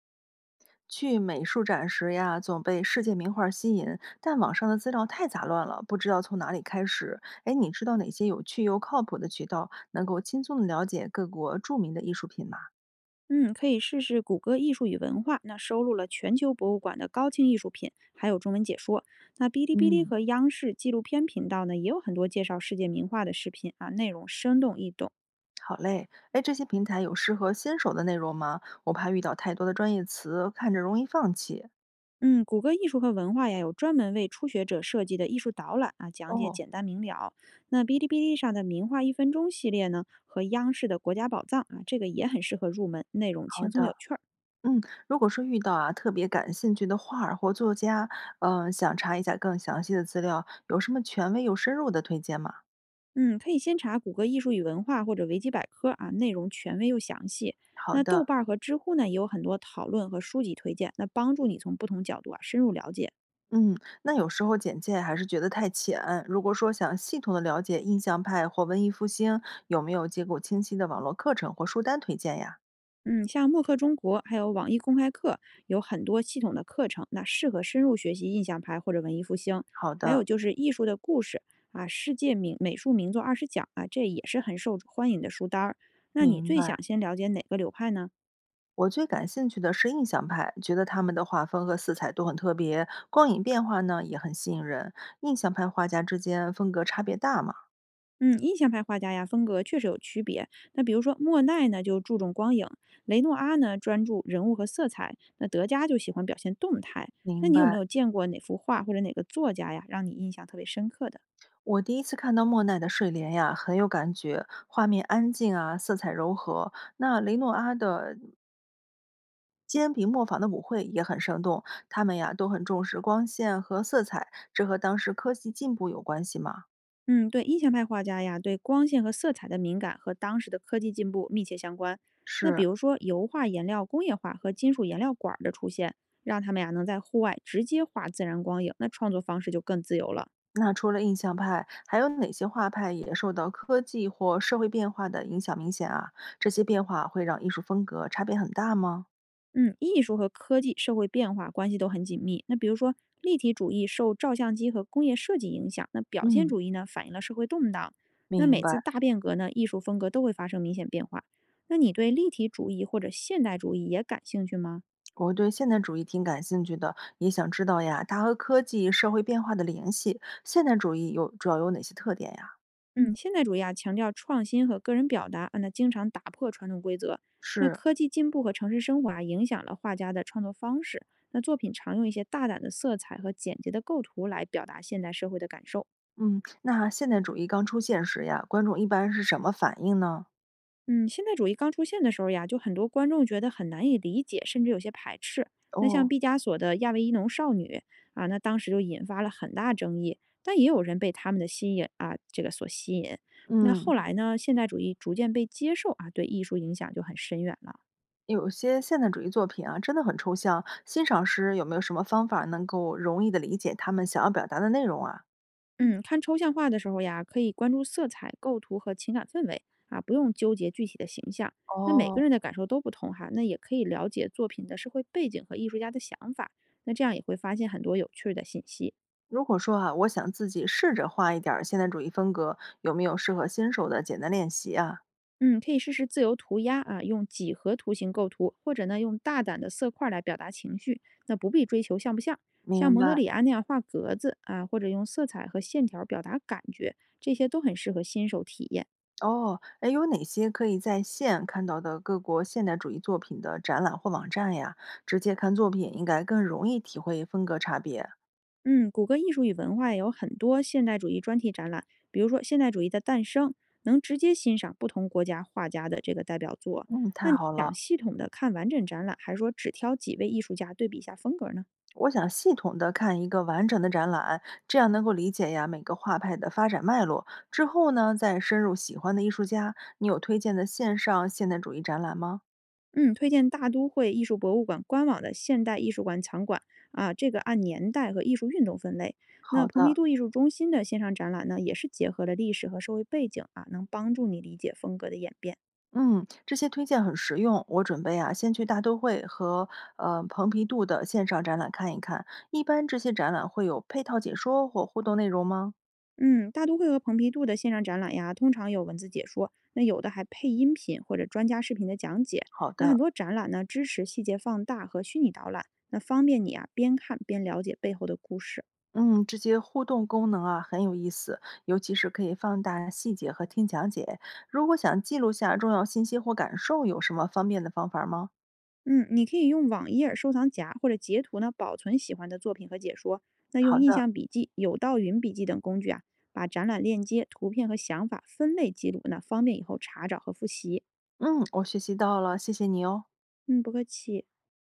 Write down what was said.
去美术展时呀，总被世界名画吸引，但网上的资料太杂乱了，不知道从哪里开始。哎，你知道哪些有趣又靠谱的渠道，能够轻松的了解各国著名的艺术品吗？嗯，可以试试谷歌艺术与文化，那收录了全球博物馆的高清艺术品，还有中文解说。那哔哩哔哩嗯，和央视纪录片频道呢，也有很多介绍世界名画的视频啊，内容生动易懂。好嘞，哎，这些平台有适合新手的内容吗？我怕遇到太多的专业词，看着容易放弃。嗯，谷歌艺术和文化呀，有专门为初学者设计的艺术导览啊，讲解哦，简单明了。那哔哩哔哩上的名画1分钟系列呢，和央视的国家宝藏啊，这个也很适合入门，内容好轻松的，有趣儿。嗯，如果说遇到啊特别感兴趣的画儿或作家，想查一下更详细的资料，有什么权威又深入的推荐吗？嗯，可以先查谷歌艺术与文化或者维基百科啊，内容权威又详细。好那豆的，瓣儿和知乎呢，也有很多讨论和书籍推荐，那帮助你从不同角度啊深入了解。嗯，那有时候简介还是觉得太浅。如果说想系统的了解印象派或文艺复兴，有没有结构清晰的网络课程或书单推荐呀？嗯，像慕课中国还有网易公开课有很多系统的课程，那适合深入学习印象派或者文艺复兴。好还的，有就是艺术的故事啊，世界名美术名作20讲啊，这也是很受欢迎的书单儿。那你明最白。想先了解哪个流派呢？我最感兴趣的是印象派，觉得他们的画风和色彩都很特别，光影变化呢也很吸引人。印象派画家之间风格差别大吗？嗯，印象派画家呀，风格确实有区别。那比如说莫奈呢，就注重光影；雷诺阿呢，专注人物和色彩；那德加就喜欢表现动态。那明你有白。没有见过哪幅画或者哪个作家呀，让你印象特别深刻的？我第一次看到莫奈的《睡莲》呀，很有感觉，画面安静啊，色彩柔和。那雷诺阿的煎饼磨坊的舞会也很生动，他们呀都很重视光线和色彩，这和当时科技进步有关系吗？嗯，对，印象派画家呀，对光线和色彩的敏感和当时的科技进步密切相关。那比是。如说油画、颜料、工业化和金属颜料管儿的出现，让他们呀能在户外直接画自然光影，那创作方式就更自由了。那除了印象派，还有哪些画派也受到科技或社会变化的影响明显啊？这些变化会让艺术风格差别很大吗？嗯，艺术和科技、社会变化关系都很紧密。那比如说，立体主义受照相机和工业设计影响，那表现嗯，主义呢反映了社会动荡。那明每白。次大变革呢，艺术风格都会发生明显变化。那你对立体主义或者现代主义也感兴趣吗？我对现代主义挺感兴趣的，也想知道呀，它和科技、社会变化的联系。现代主义有主要有哪些特点呀？嗯，现代主义啊强调创新和个人表达啊，那经常打破传统规则。那是，科技进步和城市生活啊影响了画家的创作方式。那作品常用一些大胆的色彩和简洁的构图来表达现代社会的感受。嗯，那现代主义刚出现时呀，观众一般是什么反应呢？嗯，现代主义刚出现的时候呀，就很多观众觉得很难以理解，甚至有些排斥。那像哦，毕加索的《亚维伊农少女》啊，那当时就引发了很大争议，但也有人被他们的吸引啊，这个所吸引。那嗯，后来呢，现代主义逐渐被接受啊，对艺术影响就很深远了。有些现代主义作品啊，真的很抽象。欣赏时有没有什么方法能够容易的理解他们想要表达的内容啊？嗯，看抽象画的时候呀，可以关注色彩、构图和情感氛围啊，不用纠结具体的形象。那每哦，个人的感受都不同哈，那也可以了解作品的社会背景和艺术家的想法。那这样也会发现很多有趣儿的信息。如果说啊，我想自己试着画一点儿现代主义风格，有没有适合新手的简单练习啊？嗯，可以试试自由涂鸦啊，用几何图形构图，或者呢用大胆的色块儿来表达情绪。那不必追求像不像，像明蒙德白。里安那样画格子啊，或者用色彩和线条表达感觉，这些都很适合新手体验。哦，哎，有哪些可以在线看到的各国现代主义作品的展览或网站呀？直接看作品应该更容易体会风格差别。嗯，谷歌艺术与文化有很多现代主义专题展览，比如说《现代主义的诞生》，能直接欣赏不同国家画家的这个代表作。嗯，太那你好想了。系统的看完整展览，还是说只挑几位艺术家对比一下风格呢？我想系统的看一个完整的展览，这样能够理解呀每个画派的发展脉络。之后呢，再深入喜欢的艺术家。你有推荐的线上现代主义展览吗？嗯，推荐大都会艺术博物馆官网的现代艺术馆藏馆啊，这个按年代和艺术运动分类。那好蓬皮的，杜艺术中心的线上展览呢，也是结合了历史和社会背景啊，能帮助你理解风格的演变。嗯，这些推荐很实用。我准备啊，先去大都会和蓬皮杜的线上展览看一看。一般这些展览会有配套解说或互动内容吗？嗯，大都会和蓬皮杜的线上展览呀，通常有文字解说，那有的还配音频或者专家视频的讲解。好那很的，多展览呢，支持细节放大和虚拟导览，那方便你啊边看边了解背后的故事。嗯，这些互动功能啊很有意思，尤其是可以放大细节和听讲解。如果想记录下重要信息或感受，有什么方便的方法吗？嗯，你可以用网页、收藏夹或者截图呢保存喜欢的作品和解说。那用好印的，象笔记、有道云笔记等工具啊，把展览链接、图片和想法分类记录，那方便以后查找和复习。嗯，我学习到了，谢谢你哦。嗯，不客气。